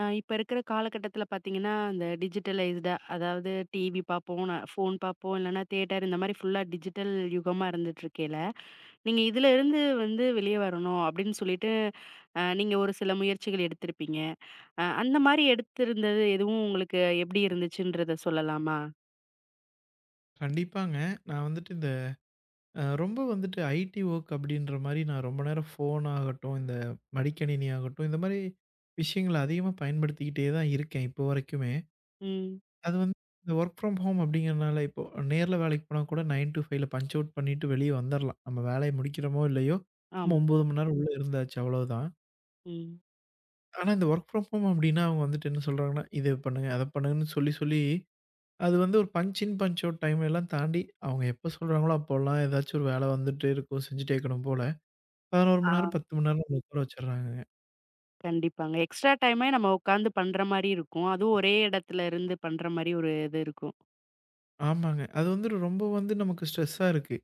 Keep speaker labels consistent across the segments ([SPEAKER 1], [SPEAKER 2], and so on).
[SPEAKER 1] இப்ப இருக்கிற காலகட்டத்தில பார்த்தீங்கன்னா, அந்த டிஜிட்டலைஸ்டா அதாவது டிவி பார்ப்போம், ஃபோன் பார்ப்போம், இல்லன்னா தியேட்டர் இந்த மாரி ஃபுல்லா டிஜிட்டல் யுகமா இருந்துட்டுருக்கையில, நீங்க இதுல இருந்து வந்து வெளிய வரணும் அப்படின்னு சொல்லிட்டு, நீங்க ஒரு சில முயற்சிகள் எடுத்திருப்பீங்க. அந்த மாரி எடுத்திருந்தது எதுவும் உங்களுக்கு எப்படி இருந்துச்சுன்றத சொல்லலாமா?
[SPEAKER 2] கண்டிப்பாங்க. நான் வந்துட்டு இந்த ரொம்ப வந்துட்டு ஐடி வொர்க் அப்டின்ற மாரி நான் ரொம்ப நேரம் ஃபோன் ஆகட்டும், இந்த மடிக்கணினி ஆகட்டும், இந்த மாரி விஷயங்கள அதிகமா பயன்படுத்திக்கிட்டே தான் இருக்கேன் இப்போ வரைக்குமே.
[SPEAKER 1] ம்.
[SPEAKER 2] அது வந்து இந்த வொர்க் ஃப்ரம் ஹோம் அப்படிங்கிறனால, இப்போ நேர்ல வேலைக்கு போனா கூட 9 டூ 5ல பஞ்ச் அவுட் பண்ணிட்டு வெளிய வந்துரலாம். நம்ம வேலைய முடிக்கிறோமோ இல்லையோ, நம்ம
[SPEAKER 1] ஆமா.
[SPEAKER 2] 9 மணி நேரம் உள்ள இருந்தாச்சு அவ்வளோதான்.
[SPEAKER 1] ம்.
[SPEAKER 2] ஆனா இந்த வொர்க் ஃப்ரம் ஹோம் அப்படின்னா, அவங்க வந்துட்டு என்ன சொல்றாங்கன்னா, இத பண்ணுங்க, அத பண்ணுங்கன்னு சொல்லி சொல்லி அது வந்து ஒரு punch in, punch out time எல்லாம் தாண்டி, அவங்க எப்ப சொல்றாங்களோ அப்போலாம் ஏதாச்சும் ஒரு வேலை வந்துட்டே இருக்கும். செஞ்சுட்டே இருக்கணும் போல. 11
[SPEAKER 1] ஆ,
[SPEAKER 2] மணி நேரம், 10 மணி நேரம் நம்மள உட்கார வச்சுடுறாங்கங்க.
[SPEAKER 1] கண்டிப்பாங்க. எக்ஸ்ட்ரா டைமே நம்ம உட்காந்து பண்ற மாரி இருக்கும். அதுவும் ஒரே இடத்துல இருந்து பண்ற மாரி ஒரு இது இருக்கும்.
[SPEAKER 2] ஆமாங்க. அது வந்து ரொம்ப வந்து நமக்கு ஸ்ட்ரெஸ்ஸா இருக்கு.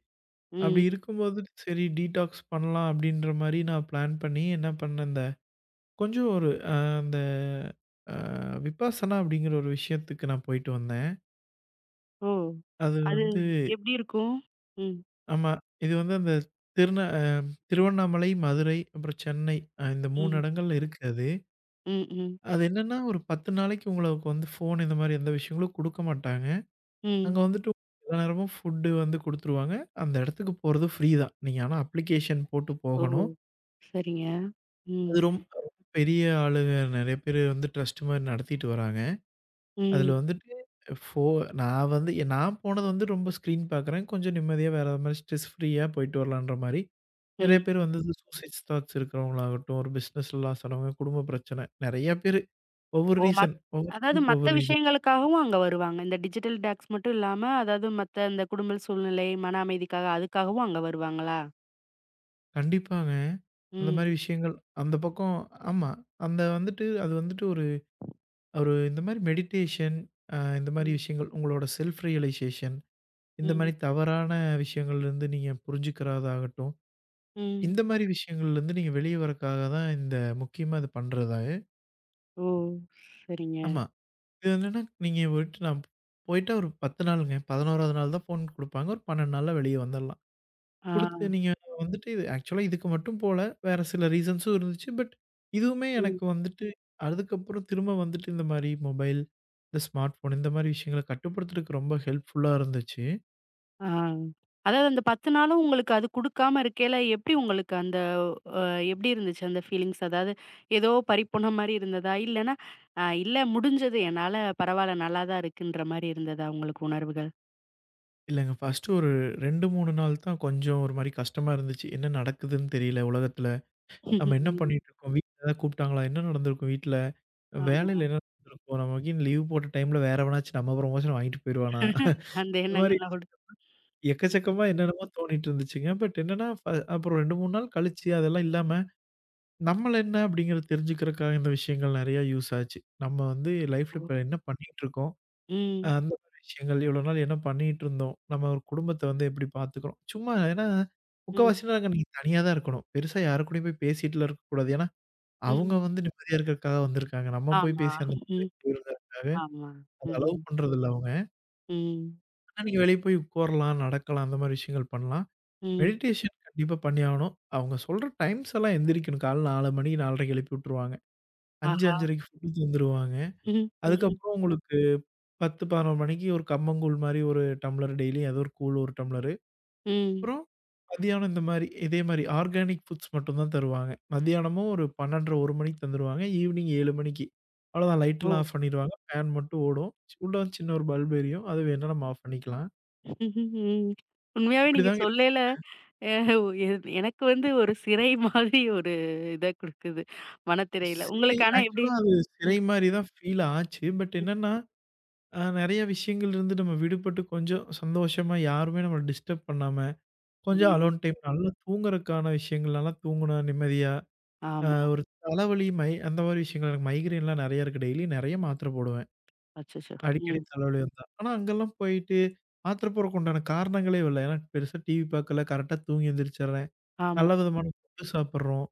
[SPEAKER 2] அப்படி
[SPEAKER 1] ம்.
[SPEAKER 2] இருக்கும்போது சரி டீடாக்ஸ் பண்ணலாம் அப்படின்ற மாரி நான் பிளான் பண்ணி என்ன பண்ணேன், இந்த கொஞ்சம் ஒரு அ அந்த அ விபாசனா அப்படிங்கிற ஒரு விஷயத்துக்கு நான் போயிட்டு வந்தேன்.
[SPEAKER 1] ஓ!
[SPEAKER 2] அது
[SPEAKER 1] அது
[SPEAKER 2] வந்து
[SPEAKER 1] எப்படி இருக்கும்? ம்,
[SPEAKER 2] ஆமா. இது வந்து அந்த திருந அ திருவண்ணாமலை, மதுரை, அப்புறம் சென்னை இந்த 3
[SPEAKER 1] ம்,
[SPEAKER 2] இடங்கள்ல இருக்கு அது.
[SPEAKER 1] ம், ம்,
[SPEAKER 2] அது என்னன்னா, ஒரு 10 நாளைக்கு உங்களுக்கு வந்து ஃபோன் இந்த மாரி எந்த விஷயங்களும் குடுக்க மாட்டாங்க.
[SPEAKER 1] ம்.
[SPEAKER 2] அங்க வந்துட்டு எல்லா நேரமும் ஃபுட்டு வந்து குடுத்துருவாங்க. அந்த இடத்துக்கு போறது ஃப்ரீ தான். நீங்க ஆனா அப்ளிகேஷன் போட்டு
[SPEAKER 1] ஓ!
[SPEAKER 2] போகணும்.
[SPEAKER 1] சரிங்க. ம்,
[SPEAKER 2] அது ரொம்ப ரொம்ப பெரிய ஆளுங்க நெறைய பேரு வந்து ட்ரஸ்ட் மாரி நடத்திட்டு வராங்க. அதுல
[SPEAKER 1] ம்,
[SPEAKER 2] வந்துட்டு ஃபோ நான் வந்து நான் போனது வந்து ரொம்ப ஸ்க்ரீன் பார்க்குறேன். கொஞ்சம் நிம்மதியா வேற மாரி ஸ்ட்ரெஸ் ஃப்ரீயா போயிட்டு வரலான்ற மாரி.
[SPEAKER 1] ம்,
[SPEAKER 2] நெறைய பேர்
[SPEAKER 1] ம்.
[SPEAKER 2] வந்து சூசைட்ஸ் தாட்ஸ் இருக்கிறவங்களாகட்டும், ஒரு பிசினஸ்ல லாஸ் ஆனவங்க, குடும்ப பிரச்சனை நெறைய பேரு ஒவ்வொரு
[SPEAKER 1] ஓ!
[SPEAKER 2] ரீசன்
[SPEAKER 1] அதாவது
[SPEAKER 2] ஒவ்வொருத்தவங்களுக்கு
[SPEAKER 1] மத்த
[SPEAKER 2] ஒவ்வொரு ரீசன்.
[SPEAKER 1] விஷயங்களுக்காகவும் அங்க வருவாங்க. இந்த டிஜிட்டல் டாக்ஸ் மட்டும் இல்லாம, அதாவது மத்த இந்த குடும்ப சூழ்நிலை, மன அமைதிக்காக அதுக்காகவும் அங்க வருவாங்களா?
[SPEAKER 2] கண்டிப்பாங்க. அந்த மாரி
[SPEAKER 1] ம்,
[SPEAKER 2] விஷயங்கள் அந்த பக்கம் ஆமா. அந்த வந்துட்டு அது வந்துட்டு ஒரு ஒரு இந்த மாரி மெடிடேஷன் இந்த மாரி
[SPEAKER 1] ம்,
[SPEAKER 2] விஷயங்கள் உங்களோட செல்ஃப் ரியலைசேஷன் இந்த
[SPEAKER 1] ம்,
[SPEAKER 2] மாரி தவறான விஷயங்கள்லேருந்து நீங்க புரிஞ்சுக்கிறதாகட்டும்,
[SPEAKER 1] ம்.
[SPEAKER 2] இந்த மாரி விஷயங்கள்லேருந்து நீங்க வெளிய வரக்காக தான் இந்த முக்கியமா இது பண்றதா?
[SPEAKER 1] ஓ! சரிங்க.
[SPEAKER 2] ஆமா. இது என்னன்னா நீங்க போயிட்டு நான் போயிட்டா ஒரு 10 நாளுங்க. 11வது நாள் தான் ஃபோன் குடுப்பாங்க. ஒரு 12 நாள்ல வெளிய வந்துரலாம்.
[SPEAKER 1] ஆ.
[SPEAKER 2] குடுத்து நீங்க வந்துட்டு இது ஆக்சுவலா இதுக்கு மட்டும் போல. வேற சில ரீசன்ஸும் இருந்துச்சு. பட் இதுவுமே
[SPEAKER 1] ம்.
[SPEAKER 2] எனக்கு வந்துட்டு அதுக்கப்புறம் திரும்ப வந்துட்டு இந்த மாரி மொபைல், இந்த ஸ்மார்ட் ஃபோன் இந்த மாரி விஷயங்கள கட்டுப்படுத்துறதுக்கு ரொம்ப ஹெல்ப்ஃபுல்லா இருந்துச்சு.
[SPEAKER 1] ஆ. அதாவது அந்த 10 நாளும் உங்களுக்கு அது குடுக்காம இருக்கையில, எப்படி உங்களுக்கு அந்த அ எப்படி இருந்துச்சு அந்த ஃபீலிங்ஸ்? அதாவது ஏதோ பறிபோன மாரி இருந்ததா? இல்லன்னா, இல்ல முடிஞ்சது என்னால பரவால்ல நல்லா தான் இருக்குன்ற மாரி இருந்ததா உங்களுக்கு உணர்வுகள்?
[SPEAKER 2] இல்லங்க ஃபர்ஸ்ட்டு ஒரு 2, 3 நாள் தான் கொஞ்சம் ஒரு மாரி கஷ்டமா இருந்துச்சு. என்ன நடக்குதுன்னு தெரியல உலகத்துல. நம்ம என்ன
[SPEAKER 1] ம்.
[SPEAKER 2] பண்ணிட்டுருக்கோம்? வீட்ல ஏதாவது கூப்பிட்டாங்களா? என்ன நடந்திருக்கும் வீட்ல?
[SPEAKER 1] ஆமா.
[SPEAKER 2] வேலையில என்ன நடந்திருக்கும்? நமக்கு லீவ் போட்ட டைம்ல வேற எவனாச்சும் நம்ம ப்ரமோஷன வாங்கிட்டு போயிருவானா?
[SPEAKER 1] அந்த
[SPEAKER 2] இந்த மாரி
[SPEAKER 1] எண்ணங்கள்லாம் ஓடும்.
[SPEAKER 2] எக்கச்சக்கமா என்னென்னமோ தோணிட்டு இருந்துச்சுங்க. பட் என்னன்னா, அப்புறம் 2, 3 நாள் கழிச்சு அதெல்லாம் இல்லாம, நம்மள என்ன அப்படிங்கிறத தெரிஞ்சுக்கிறதுக்காக இந்த விஷயங்கள் நெறையா யூஸ் ஆச்சு. நம்ம வந்து லைஃப்ல
[SPEAKER 1] ம்.
[SPEAKER 2] இப்ப என்ன பண்ணிட்டு இருக்கோம்?
[SPEAKER 1] ம்.
[SPEAKER 2] அந்த மாரி விஷயங்கள் இவ்வளோ நாள் என்ன பண்ணிட்டு இருந்தோம்? நம்ம ஒரு குடும்பத்த வந்து எப்படி பார்த்துக்கிறோம்? சும்மா ஏன்னா,
[SPEAKER 1] ம்.
[SPEAKER 2] முக்காவாசி நேரம் அங்க நீங்க தனியா தான் இருக்கணும். பெருசா யாரு கூடயும் போய் பேசிட்டுலாம் இருக்கக்கூடாது. ஏன்னா,
[SPEAKER 1] ம்.
[SPEAKER 2] அவங்க வந்து நிம்மதியா இருக்கிறதுக்காக வந்திருக்காங்க. நம்ம போய்
[SPEAKER 1] ஆமா.
[SPEAKER 2] பேசி அந்த நிம்மதி
[SPEAKER 1] ம்.
[SPEAKER 2] போயிருங்கிறதுக்காக,
[SPEAKER 1] ஆமா.
[SPEAKER 2] அத
[SPEAKER 1] ம்.
[SPEAKER 2] அலோவ் பண்றதில்ல அவங்க.
[SPEAKER 1] ம்.
[SPEAKER 2] ஆனா, நீங்க வெளிய போய் உட்காரலாம், நடக்கலாம், அந்த மாரி விஷயங்கள் பண்ணலாம்.
[SPEAKER 1] ம்.
[SPEAKER 2] மெடிடேஷன் கண்டிப்பா பண்ணியாகணும். அவங்க சொல்ற டைம்ஸ் எல்லாம் எந்திரிக்கணும். காலைல 4 மணி 4:30க்கு எழுப்பி விட்டுருவாங்க. 5,
[SPEAKER 1] ஆஹா!
[SPEAKER 2] 5:30க்கு ஃபுட் தந்துருவாங்க.
[SPEAKER 1] ம். ம்.
[SPEAKER 2] அதுக்கப்புறம் உங்களுக்கு 10, 11 மணிக்கு ஒரு கம்மங்கூழ் மாரி ஒரு டம்ளர் டெய்லியும் ஏதோ ஒரு கூழ் 1 டம்ளரு.
[SPEAKER 1] ம்.
[SPEAKER 2] அப்புறம் மதியானம் இந்த மாரி இதே மாரி ஆர்கானிக் ஃபுட்ஸ் மட்டும் தான் தருவாங்க. மதியானமும் ஒரு 12:30 1 மணிக்கு தந்துருவாங்க. ஈவினிங் 7 மணிக்கு. அவ்வளோதான்
[SPEAKER 1] ஓ!
[SPEAKER 2] லைட்லாம் ஆஃப் பண்ணிடுவாங்க. ஃபேன் மட்டும் ஓடும். உள்ள வந்து சின்ன ஒரு பல்ப் எரியும். அது வேணா நம்ம ஆஃப் பண்ணிக்கலாம்.
[SPEAKER 1] ம்ஹ்ம், ம். உண்மையாவே நீங்க
[SPEAKER 2] இப்படிதாங்க இருக்கும்.
[SPEAKER 1] சொல்லையில அ எ எனக்கு வந்து ஒரு சிறை மாதிரி ஒரு இத குடுக்குது. மனத்திரையில.
[SPEAKER 2] சிறை
[SPEAKER 1] உங்களுக்கு ஆனா எப்படி?
[SPEAKER 2] ஆக்சுவலா அது சிறை
[SPEAKER 1] ம்,
[SPEAKER 2] மாரி தான் ஃபீல் ஆச்சு. பட்
[SPEAKER 1] ம்,
[SPEAKER 2] என்னன்னா நெறைய விஷயங்கள் இருந்து நம்ம விடுபட்டு கொஞ்சம் சந்தோஷமா யாருமே நம்மள டிஸ்டர்ப் பண்ணாம, கொஞ்சம்
[SPEAKER 1] ம்.
[SPEAKER 2] அலோன் டைம் நல்லா தூங்குறதுக்கான விஷயங்கள், நல்லா தூங்குனா நிம்மதியா,
[SPEAKER 1] ஆமா.
[SPEAKER 2] ஒரு தலைவலி, அந்த மாரி விஷயங்கள் எனக்கு மைக்ரேன்லாம் நெறைய இருக்கு. டெய்லி நெறைய மாத்திரை போடுவேன்.
[SPEAKER 1] அச்சச்சோ!
[SPEAKER 2] அடிக்கடி
[SPEAKER 1] ம்.
[SPEAKER 2] தலைவலி வந்தா. ஆனா அங்கெல்லாம் போயிட்டு மாத்திரை போடுறக்கு உண்டான காரணங்களே இல்ல. ஏன்னா பெருசா டிவி பார்க்கல, கரெக்ட்டா தூங்கி எந்திரிச்சிடுறேன்.
[SPEAKER 1] ஆமா.
[SPEAKER 2] நல்ல விதமான ஃபுட் சாப்பிடுறோம்.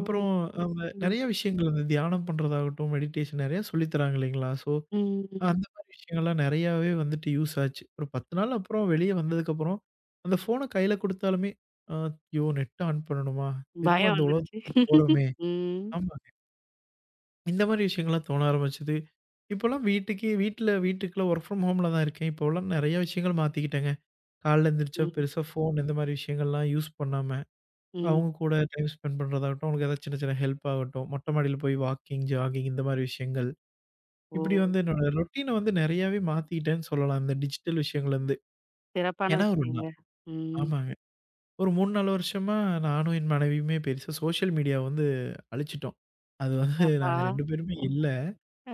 [SPEAKER 1] ம்,
[SPEAKER 2] அந்த
[SPEAKER 1] ம்,
[SPEAKER 2] நெறைய விஷயங்கள் இந்த தியானம் பண்றதாகட்டும், மெடிடேஷன் நெறைய சொல்லி தராங்க இல்லைங்களா? ஸோ
[SPEAKER 1] ம்.
[SPEAKER 2] அந்த மாரி விஷயங்கள்லாம் நெறையாவே வந்துட்டு யூஸ் ஆச்சு. ஒரு 10 நாள் அப்புறம் வெளிய வந்ததுக்கப்புறம், அந்த ஃபோன கையில குடுத்தாலுமே, அ "ஐயோ! நெட்ட ஆன் பண்ணணுமா? திரும்ப
[SPEAKER 1] பயம்
[SPEAKER 2] அந்த
[SPEAKER 1] வந்துருச்சு.
[SPEAKER 2] உலகத்துக்கு போறோமே!"
[SPEAKER 1] ம்,
[SPEAKER 2] ஆமாங்க. இந்த மாரி விஷயங்கள்லாம் தோண ஆரம்பிச்சது. இப்போலாம் வீட்டுக்கே வீட்டுக்குள்ள ஒர்க் ஃப்ரம் ஹோம்ல தான் இருக்கேன். இப்போலாம் நெறைய விஷயங்கள் மாத்திக்கிட்டேங்க. காலைல எந்திரிச்சா
[SPEAKER 1] ம்,
[SPEAKER 2] பெருசா ஃபோன் இந்த மாரி விஷயங்கள்லாம் யூஸ் பண்ணாம,
[SPEAKER 1] ம்.
[SPEAKER 2] அவங்க கூட டைம் ஸ்பெண்ட் பண்றதாகட்டும், அவங்களுக்கு ஏதாவது சின்ன சின்ன ஹெல்ப் ஆகட்டும், மொட்ட மாடியில போய் வாக்கிங், ஜாகிங் இந்த மாரி விஷயங்கள்.
[SPEAKER 1] ஓ!
[SPEAKER 2] இப்படி வந்து என்னோட ரொட்டீன வந்து நெறையாவே மாத்திட்டேன்னு சொல்லலாம். இந்த டிஜிட்டல் விஷயங்கள்லருந்து.
[SPEAKER 1] சிறப்பான
[SPEAKER 2] ஏன்னா ஒரு நா
[SPEAKER 1] விஷயங்க. ம்.
[SPEAKER 2] ஆமாங்க. ஒரு 3, 4 வருஷமா நானும் என் மனைவியுமே பெருசா சோஷியல் மீடியாவ வந்து அழிச்சிட்டோம். அது வந்து
[SPEAKER 1] ஆஹா!
[SPEAKER 2] நாங்க 2 பேருமே இல்ல.
[SPEAKER 1] அ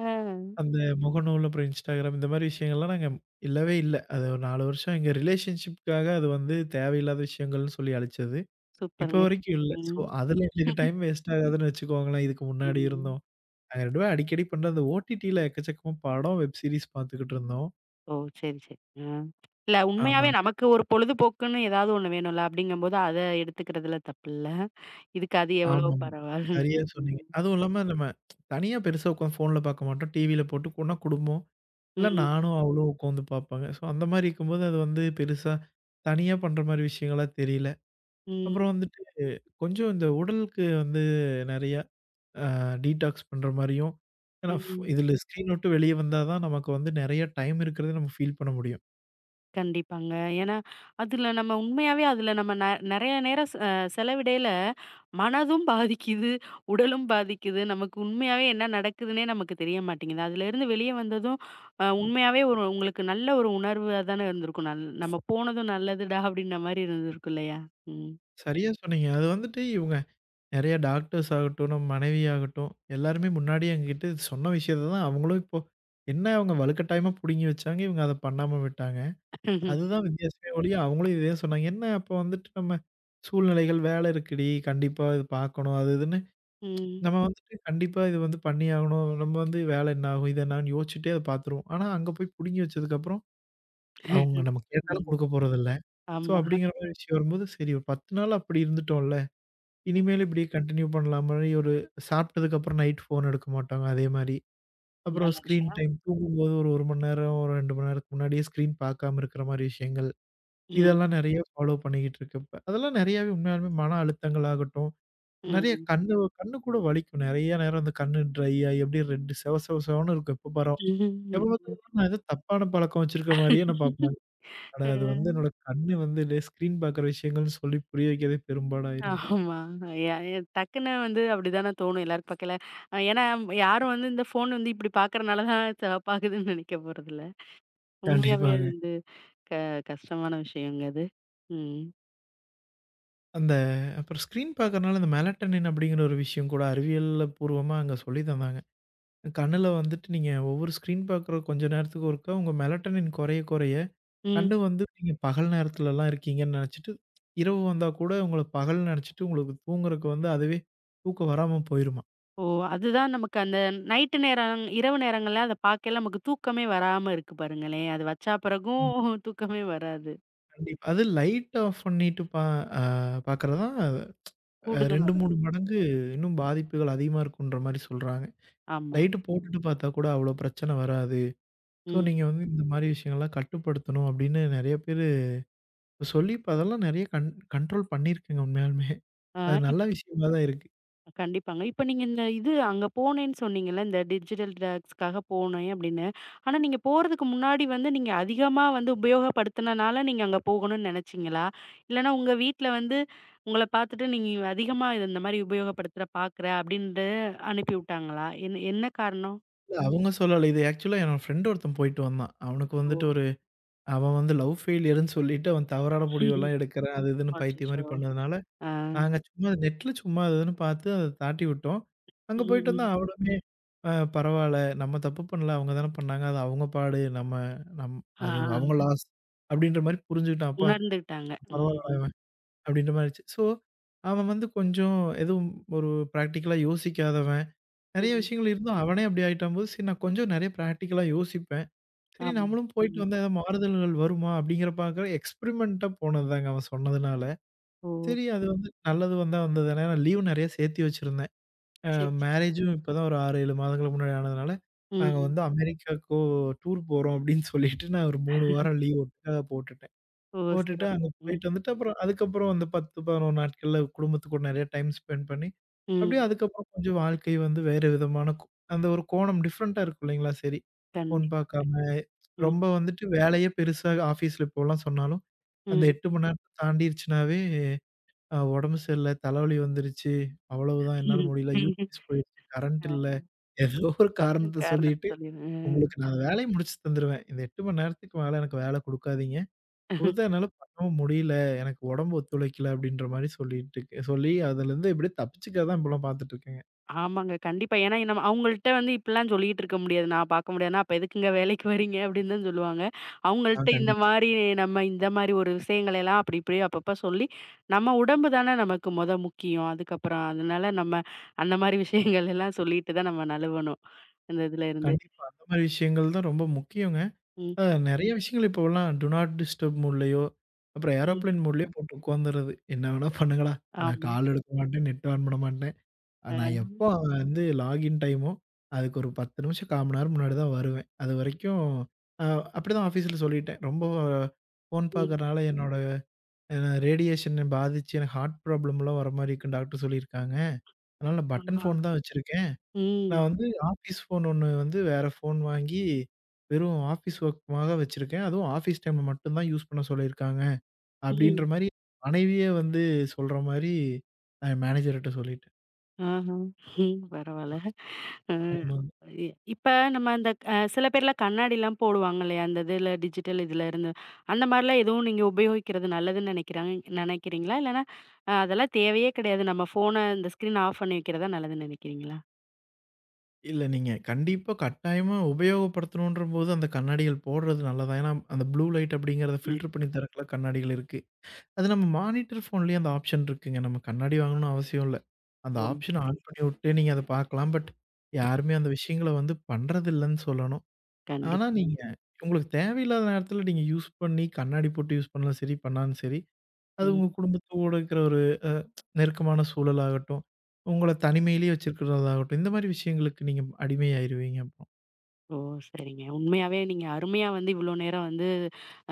[SPEAKER 2] அந்த முகநூல், அப்புறம் Instagram இந்த மாரி விஷயங்கள்லாம் நாங்க இல்லவே இல்ல. அது ஒரு 4 வருஷம் எங்க ரிலேஷன்ஷிப்க்காக அது வந்து தேவையில்லாத விஷயங்கள்னு சொல்லி அழிச்சது. இப்போ
[SPEAKER 1] சூப்பருங்க.
[SPEAKER 2] வரைக்கும் இல்ல. ஸோ
[SPEAKER 1] ம்,
[SPEAKER 2] அதுல எங்களுக்கு டைம் வேஸ்ட் ஆகாதுன்னு வச்சுக்கோங்களேன். இதுக்கு முன்னாடி
[SPEAKER 1] ம்.
[SPEAKER 2] இருந்தோம். நாங்க 2 பேரும் அடிக்கடி பண்ற அந்த ஓடிடில எக்கச்சக்கமா படம், வெப் சீரிஸ் பார்த்துக்கிட்டு இருந்தோம்.
[SPEAKER 1] ஓ! சரி, சரி. இல்ல உண்மையாவே
[SPEAKER 2] ஆமாங்க.
[SPEAKER 1] நமக்கு ஒரு பொழுதுபோக்குன்னு ஏதாவது ஒண்ணு வேணும்ல. அப்படிங்கும்போது அத எடுத்துக்கிறதுல தப்பில்ல. இதுக்கு அது எவ்வளோ
[SPEAKER 2] ஆமாமா.
[SPEAKER 1] பரவால்ல.
[SPEAKER 2] சரியா சொன்னீங்க.
[SPEAKER 1] ம்.
[SPEAKER 2] அதுவும் இல்லாம நம்ம தனியா பெருசா உட்காந்து ஃபோன்ல பார்க்க மாட்டோம். டிவியில போட்டு கூடனா குடும்பம், இல்ல
[SPEAKER 1] ம்.
[SPEAKER 2] நானும் அவளும் உட்காந்து பார்ப்பாங்க. ஸோ அந்த மாரி இருக்கும்போது அது வந்து பெருசா தனியா பண்ற மாரி விஷயங்களா தெரியல.
[SPEAKER 1] ம்.
[SPEAKER 2] அப்புறம் வந்துட்டு கொஞ்சம் இந்த உடலுக்கு வந்து நெறையா அ டீடாக்ஸ் பண்ற மாரியும், ஏன்னா
[SPEAKER 1] ம்.
[SPEAKER 2] இதுல ஸ்க்ரீன் விட்டு வெளிய வந்தா தான் நமக்கு வந்து நெறைய டைம் இருக்கிறத நம்ம ஃபீல் பண்ண முடியும்.
[SPEAKER 1] கண்டிப்பாங்க. ஏன்னா, அதுல நம்ம உண்மையாவே அதுல நம்ம நெறைய நேரம் செ செலவிடையில மனதும் பாதிக்குது, உடலும் பாதிக்குது. நமக்கு உண்மையாவே என்ன நடக்குதுன்னே நமக்கு தெரிய மாட்டேங்குது. அதுலேருந்து வெளிய வந்ததும் உண்மையாவே ஒரு உங்களுக்கு நல்ல ஒரு உணர்வா தானே இருந்திருக்கும். நம்ம போனதும் நல்லதுடா அப்படின்ற மாரி இருந்திருக்கும் இல்லையா? ம்.
[SPEAKER 2] சரியா சொன்னீங்க. அது வந்துட்டு இவங்க நெறைய டாக்டர்ஸ் ஆகட்டும், நம்ம மனைவி ஆகட்டும், எல்லாருமே முன்னாடியே எங்ககிட்ட சொன்ன விஷயத்த தான் அவங்களும் இப்போ என்ன அவங்க வலுக்கட்டாயமா புடுங்கி வச்சாங்க, இவங்க அத பண்ணாம விட்டாங்க.
[SPEAKER 1] ம்ஹ்ம்.
[SPEAKER 2] அதுதான் வித்தியாசமே ஒழிய, அவங்களும் இதே சொன்னாங்க. என்ன அப்போ வந்துட்டு நம்ம சூழ்நிலைகள் வேலை இருக்குடி, கண்டிப்பா இது பார்க்கணும் அது இதுன்னு,
[SPEAKER 1] ம்.
[SPEAKER 2] நம்ம வந்துட்டு கண்டிப்பா இது வந்து பண்ணி ஆகணும். நம்ம வந்து வேலை என்ன ஆகும், இது என்னான்னு யோசிச்சுட்டே அத பார்த்துருவோம். ஆனா அங்க போய் புடுங்கி வச்சதுக்கப்புறம், அவங்க நம்ம கேட்டாலும்
[SPEAKER 1] ம்.
[SPEAKER 2] குடுக்க போறதில்ல. ஸோ
[SPEAKER 1] ஆமா.
[SPEAKER 2] அப்படிங்கிற மாரி விஷயம் வரும்போது, சரி ஒரு 10 நாள் அப்படி இருந்துட்டோம்ல.
[SPEAKER 1] ம்.
[SPEAKER 2] இனிமேல் இப்படி கன்டின்யூ பண்ணலாமா? ஒரு சாப்பிட்டதுக்கு அப்புறம் நைட் ஃபோன் எடுக்க மாட்டாங்க அதே மாரி. அப்புறம்
[SPEAKER 1] நல்ல
[SPEAKER 2] ஸ்க்ரீன்
[SPEAKER 1] விஷயம்.
[SPEAKER 2] டைம் தூங்கும்போது ஒரு 1 மணி நேரம், ஒரு 2 மணி நேரத்துக்கு முன்னாடியே ஸ்க்ரீன் பார்க்காம இருக்கிற மாரி விஷயங்கள்.
[SPEAKER 1] ம்.
[SPEAKER 2] இதெல்லாம் நெறைய ஃபாலோ பண்ணிக்கிட்டு இருக்கேன் இப்ப. அதெல்லாம் நெறையாவே உண்மையாலுமே மன அழுத்தங்கள் ஆகட்டும், நெறைய
[SPEAKER 1] ம்.
[SPEAKER 2] கண்ணு கண்ணு கூட வலிக்கும். நெறைய நேரம் அந்த கண்ணு ட்ரை ஆயி அப்படியே ரெட் செவ செவ செவன்னு இருக்கும் எப்ப பாரும். எப்ப
[SPEAKER 1] ம்ஹ்ம்.
[SPEAKER 2] பார்த்தாலும் நான் ஏதோ தப்பான பழக்கம் வச்சிருக்க மாரியே நான் பார்ப்பேன். அட அது வந்து
[SPEAKER 1] ம்.
[SPEAKER 2] என்னோட கண்ணு வந்து ஸ்க்ரீன் பார்க்குற விஷயங்கள்னு சொல்லி புரிய வைக்கிறதே பெரும்பாடாயிருங்க.
[SPEAKER 1] ஆமா. ய ய டக்குன்னு வந்து அப்படிதானே தோணும் எல்லாரும் பார்க்கையில. ஏன்னா யாரும் வந்து இந்த ஃபோன் வந்து இப்படி பார்க்கறனால தான் சிவப்பாகுதுன்னு நினைக்க போறதில்ல. உண்மையாவே அது
[SPEAKER 2] கண்டிப்பாங்க.
[SPEAKER 1] வந்து க கஷ்டமான விஷயங்க அது. ம்.
[SPEAKER 2] அந்த அப்புறம் ஸ்க்ரீன் பார்க்கறனால அந்த மெலட்டனின் அப்படிங்கிற ஒரு விஷயம் கூட அறிவியல்ல பூர்வமா அங்க சொல்லி தந்தாங்க. கண்ணுல வந்துட்டு நீங்க ஒவ்வொரு ஸ்க்ரீன் பார்க்குற கொஞ்ச நேரத்துக்கு ஒருக்கா உங்க மெலட்டனின் குறைய குறைய,
[SPEAKER 1] ம்.
[SPEAKER 2] கண்ணு வந்து நீங்க பகல் நேரத்துலலாம் இருக்கீங்கன்னு நெனச்சுட்டு, இரவு வந்தா கூட உங்கள பகல்னு நெனச்சுட்டு உங்களுக்கு தூங்குறக்கு வந்து அதுவே தூக்கம் வராம போயிருமாம்.
[SPEAKER 1] ஓ! அதுதான் நமக்கு அந்த நைட்டு நேரம், இரவு நேரங்கள்ல அத பார்க்கையில நமக்கு தூக்கமே வராம இருக்கு பாருங்களேன். அது வச்சா பிறகும்
[SPEAKER 2] ம்.
[SPEAKER 1] தூக்கமே வராது.
[SPEAKER 2] கண்டிப்பா. அது லைட் ஆஃப் பண்ணிட்டு பா அ பார்க்குறது தான்
[SPEAKER 1] கூடுதலா.
[SPEAKER 2] 2, 3 மடங்கு இன்னும் பாதிப்புகள் அதிகமா இருக்குன்ற மாரி சொல்றாங்க.
[SPEAKER 1] ஆமா.
[SPEAKER 2] லைட்டு போட்டுட்டு பார்த்தா கூட அவ்ளோ பிரச்சனை வராது. ஸோ,
[SPEAKER 1] ம்.
[SPEAKER 2] நீங்க வந்து இந்த மாரி விஷயங்கள்லாம் கட்டுப்படுத்தணும் அப்படின்னு நெறைய பேரு சொல்லி இப்ப அதெல்லாம் நெறைய கண்ட்ரோல் பண்ணியிருக்கேங்க உண்மையாலுமே.
[SPEAKER 1] ஆ
[SPEAKER 2] அது
[SPEAKER 1] இப்
[SPEAKER 2] நல்ல விஷயமா தான் இருக்கு.
[SPEAKER 1] கண்டிப்பாங்க. இப்ப நீங்க இந்த இது அங்க போனேன்னு சொன்னீங்கல்ல, இந்த டிஜிட்டல் டிடாக்ஸ்க்காக போனேன் அப்படின்னு. ஆனா, நீங்க போறதுக்கு முன்னாடி வந்து நீங்க அதிகமா வந்து உபயோகப்படுத்துனனால நீங்க அங்க போகணும்னு நெனச்சீங்களா? இல்லன்னா உங்க வீட்ல வந்து உங்கள பாத்துட்டு நீங்க அதிகமா இத இந்த மாரி உபயோகப்படுத்துற பாக்குற அப்படின்ட்டு அனுப்பி விட்டாங்களா? என்ன என்ன காரணம்?
[SPEAKER 2] இல்ல அவங்க சொல்லல. இது ஆக்சுவலா என்னோட ஃப்ரெண்ட் ஒருத்தன் போயிட்டு வந்தான். அவனுக்கு
[SPEAKER 1] ஓ!
[SPEAKER 2] வந்துட்டு ஒரு அவன் வந்து லவ் ஃபெயிலியர்ன்னு சொல்லிட்டு அவன் தவறான முடிவெல்லாம் எடுக்கிறேன், அது இதுன்னு பைத்தியம்
[SPEAKER 1] அச்சச்சோ!
[SPEAKER 2] மாரி பண்ணதுனால,
[SPEAKER 1] ஆ.
[SPEAKER 2] நாங்க சும்மா நெட்ல சும்மா அது இதுன்னு பார்த்து அத தாட்டி விட்டோம்.
[SPEAKER 1] ம்,
[SPEAKER 2] அங்க போயிட்டு வந்தா
[SPEAKER 1] ம்.
[SPEAKER 2] அவனுமே பரவால்ல நம்ம தப்பு பண்ணல, அவங்க தானே பண்ணாங்க. அது அவங்க பாடு. நம்ம நம்
[SPEAKER 1] ஆ.
[SPEAKER 2] அது அவங்க லாஸ் அப்படின்ற மாரி புரிஞ்சுக்கிட்டான். அப்பா
[SPEAKER 1] உணர்ந்துகிட்டாங்க.
[SPEAKER 2] பரவால்லடா
[SPEAKER 1] ம்.
[SPEAKER 2] அப்படின்ற மாரி ஆயிருச்சு. ஸோ, அவன் வந்து கொஞ்சம் எதுவும் ஒரு பிராக்டிகலா யோசிக்காதவன். நெறைய
[SPEAKER 1] ம்.
[SPEAKER 2] விஷயங்கள் இருந்தும் அவனே அப்படி ஆயிட்டாம்போது, சரி நான் கொஞ்சம் நெறைய பிராக்டிகலா யோசிப்பேன். சரி
[SPEAKER 1] ஆமா.
[SPEAKER 2] நம்மளும் போயிட்டு
[SPEAKER 1] ம்.
[SPEAKER 2] வந்தா ஏதாவது மாறுதல்கள் வருமா? அப்படிங்கிற பார்க்க எக்ஸ்பெரிமென்ட்டா போனதுதாங்க அவன் சொன்னதுனால.
[SPEAKER 1] ஓ!
[SPEAKER 2] சரி அது வந்து நல்லது வந்தா வந்தது. ஏன்னா நான் லீவ் நெறைய சேர்த்து வச்சிருந்தேன். அ
[SPEAKER 1] சரி, சரி.
[SPEAKER 2] மேரேஜும் இப்பதான் ஒரு 6, 7 மாதங்களுக்கு முன்னாடி ஆனதுனால, நாங்க
[SPEAKER 1] ம்.
[SPEAKER 2] வந்து அமெரிக்காவுக்கோ டூர் போறோம் அப்படின்னு சொல்லிட்டு நான் ஒரு 3 வாரம் லீவ் ஒட்டுக்கா போட்டுட்டேன்.
[SPEAKER 1] ஓ!
[SPEAKER 2] போட்டுட்டு
[SPEAKER 1] சிறப்பு.
[SPEAKER 2] அங்க
[SPEAKER 1] ம்,
[SPEAKER 2] போயிட்டு வந்துட்டு அப்புறம் அதுக்கப்புறம் அந்த 10, 11 நாட்கள்ல குடும்பத்து கூட நெறைய டைம் ஸ்பெண்ட் பண்ணி, அப்படியே
[SPEAKER 1] ம்.
[SPEAKER 2] அதுக்கப்புறம் கொஞ்சம் வாழ்க்கை வந்து வேறு விதமான அந்த ஒரு கோணம் டிஃப்ரெண்ட்டா இருக்கும் இல்லைங்களா? சரி, ஃபோன்
[SPEAKER 1] கண்டிப்பாங்க.
[SPEAKER 2] பார்க்காம
[SPEAKER 1] ம்,
[SPEAKER 2] ரொம்ப வந்துட்டு வேலையே பெருசா ஆஃபீஸ்ல இப்போலாம் சொன்னாலும், அந்த
[SPEAKER 1] ம்.
[SPEAKER 2] 8 மணி நேரத்த தாண்டிருச்சுனாவே, உடம்பு சரியில்ல, தலைவலி வந்துருச்சு, அவ்வளவுதான் என்னால முடியல, யூபிஎஸ் போயிருச்சு, கரண்ட் இல்ல,
[SPEAKER 1] அ
[SPEAKER 2] ஏதோ ஒரு காரணத்த
[SPEAKER 1] காரணத்த
[SPEAKER 2] சொல்லிட்டு,
[SPEAKER 1] சொல்லிருங்க.
[SPEAKER 2] உங்களுக்கு நான் வேலைய முடிச்சு தந்துருவேன். இந்த 8 மணி நேரத்துக்கு மேல எனக்கு வேல குடுக்காதீங்க. கொடுத்தா என்னால பண்ணவும் முடியல. எனக்கு உடம்பு ஒத்துழைக்கல அப்படின்ற மாரி சொல்லி அதுலருந்து எப்படியோ தப்பிச்சுக்க தான் இப்பலாம் பார்த்துட்டு இருக்கேங்க.
[SPEAKER 1] ஆமாங்க. கண்டிப்பா. ஏன்னா நம்ம அவங்கள்ட்ட வந்து இப்படிலாம் சொல்லிட்டு இருக்க முடியாது. நான் பார்க்க முடியாதுன்னா, அப்ப எதுக்குங்க வேலைக்கு வரீங்க அப்படின்னு தான் சொல்லுவாங்க.
[SPEAKER 2] ஆ,
[SPEAKER 1] அவங்கள்ட்ட இந்த
[SPEAKER 2] கண்டிப்பா.
[SPEAKER 1] மாரி நம்ம இந்த மாரி ஒரு விஷயங்கள எல்லாம் அப்படி இப்படி அப்பப்ப சொல்லி, நம்ம உடம்பு தானே நமக்கு மொத முக்கியம். அதுக்கப்புறம் அதனால நம்ம அந்த மாரி விஷயங்கள் எல்லாம் சொல்லிட்டு தான் நம்ம நழுவணும். அந்த இதுல இருந்து.
[SPEAKER 2] கண்டிப்பா. அந்த மாரி விஷயங்கள் தான் ரொம்ப முக்கியங்க.
[SPEAKER 1] ம்,
[SPEAKER 2] அ நெறைய விஷயங்கள் இப்போலாம் டூ நாட் டிஸ்டர்ப் மோட்லயோ, அப்புறம்
[SPEAKER 1] ம்.
[SPEAKER 2] ஏரோப்ளேன் மோட்லயோ போட்டு உட்காந்துறது. என்ன வேணா பண்ணுங்கடா. நான்
[SPEAKER 1] ஆமா.
[SPEAKER 2] கால் எடுக்க மாட்டேன், நெட் ஆன் பண்ண மாட்டேன்.
[SPEAKER 1] அ,
[SPEAKER 2] நான் எப்போ வந்து லாகின் டைமோ, அதுக்கு ஒரு 10 நிமிஷம் 1/4 மணி நேரம் முன்னாடி தான் வருவேன். அதுவரைக்கும் அ அப்படிதான் ஆஃபீஸ்ல சொல்லிட்டேன். ரொம்ப ஃபோன்
[SPEAKER 1] ம்.
[SPEAKER 2] பார்க்கறனால என்னோட ஏன்னா ரேடியேஷன பாதிச்சு எனக்கு ஹார்ட் ப்ராப்ளம்லாம் வர மாரி இருக்குன்னு டாக்டர் சொல்லியிருக்காங்க. அதனால நான் பட்டன்
[SPEAKER 1] ஆஹா.
[SPEAKER 2] ஃபோன் தான் வச்சிருக்கேன்.
[SPEAKER 1] ம்.
[SPEAKER 2] நான் வந்து ஆஃபீஸ் ஃபோன் ஒண்ணு வந்து வேற ஃபோன் வாங்கி வெறும் ஆஃபீஸ் ஒர்க்க்காக வச்சிருக்கேன். அதுவும் ஆஃபீஸ் டைம்ல மட்டும் தான் யூஸ் பண்ண சொல்லியிருக்காங்க.
[SPEAKER 1] ம்.
[SPEAKER 2] அப்டின்ற மாரி மனைவியே வந்து சொல்ற மாரி நான் என் மேனேஜர்ட்ட சொல்லிட்டேன்.
[SPEAKER 1] ஆஹா. ம். பரவால்ல. அ.
[SPEAKER 2] ஆமாங்க.
[SPEAKER 1] இ இப்ப நம்ம அந்த சில பேர்லாம் கண்ணாடிலாம் போடுவாங்க இல்லையா? அந்த இதுல டிஜிட்டல் இதுல இருந்து. அந்த மாரிலாம் எதுவும் நீங்க உபயோகிக்கிறது நல்லதுன்னு நினைக்கிறாங்க நினைக்கிறீங்களா? இல்லன்னா அதெல்லாம் தேவையே கிடையாது. நம்ம ஃபோன இந்த ஸ்க்ரீன் ஆஃப் பண்ணி வைக்கிறதா நல்லதுன்னு நினைக்கிறீங்களா?
[SPEAKER 2] இல்ல நீங்க கண்டிப்பா கட்டாயமா உபயோகப்படுத்தணுன்றபோது அந்த கண்ணாடிகள் போடுறது நல்லது தான். ஏன்னா அந்த ப்ளூ லைட் அப்படிங்கிறத
[SPEAKER 1] ம்.
[SPEAKER 2] ஃபில்டர் பண்ணி தரக்குள்ள கண்ணாடிகள் இருக்கு. அது நம்ம மானிட்டர் ஃபோன்லயே அந்த ஆப்ஷன் இருக்குங்க. நம்ம கண்ணாடி வாங்கணும்னு அவசியம் இல்ல. அந்த
[SPEAKER 1] ஓ!
[SPEAKER 2] ஆப்ஷன் ஆன் பண்ணிவுட்டு நீங்க அத பார்க்கலாம். பட் யாருமே அந்த விஷயங்கள வந்து பண்றதில்லன்னு சொல்லணும். ஆனா
[SPEAKER 1] கண்டிப்பாங்க.
[SPEAKER 2] நீங்க உங்களுக்கு தேவையில்லாத நேரத்தில நீங்க யூஸ் பண்ணி கண்ணாடி போட்டு யூஸ் பண்ணாலும் சரி, பண்ணாலும் சரி, அது உங்க
[SPEAKER 1] ம்.
[SPEAKER 2] குடும்பத்தோட இருக்கிற ஒரு அ நெருக்கமான சூழலாகட்டும், உங்கள தனிமையிலேயே வச்சிருக்கிறதாகட்டும், இந்த மாரி விஷயங்களுக்கு நீங்க அடிமையாயிருவீங்க அப்புறம்.
[SPEAKER 1] ஓ! சரிங்க. உண்மையாவே நீங்க அருமையா வந்து இவ்ளோ நேரம் வந்து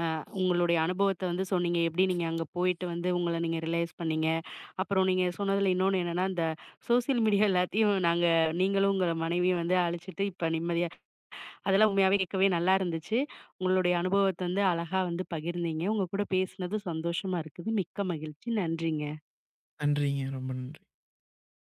[SPEAKER 1] அ உங்களுடைய அனுபவத்த வந்து சொன்னீங்க. எப்படி நீங்க அங்க போயிட்டு வந்து உங்கள நீங்க ரியலைஸ் பண்ணீங்க. அப்புறம் நீங்க சொன்னதுல இன்னொன்னு என்னன்னா, இந்த சோசியல் மீடியா எல்லாத்தையும் நாங்க நீங்களும் உங்க மனைவியும் வந்து அழிச்சிட்டு இப்ப நிம்மதியா அதெல்லாம் உண்மையாவே கேட்கவே நல்லா இருந்துச்சு. உங்களுடைய அனுபவத்த வந்து அழகா வந்து பகிர்ந்தீங்க. உங்க கூட பேசினது சந்தோஷமா இருக்குது. மிக்க மகிழ்ச்சி. நன்றிங்க.
[SPEAKER 2] நன்றிங்க. ரொம்ப நன்றி.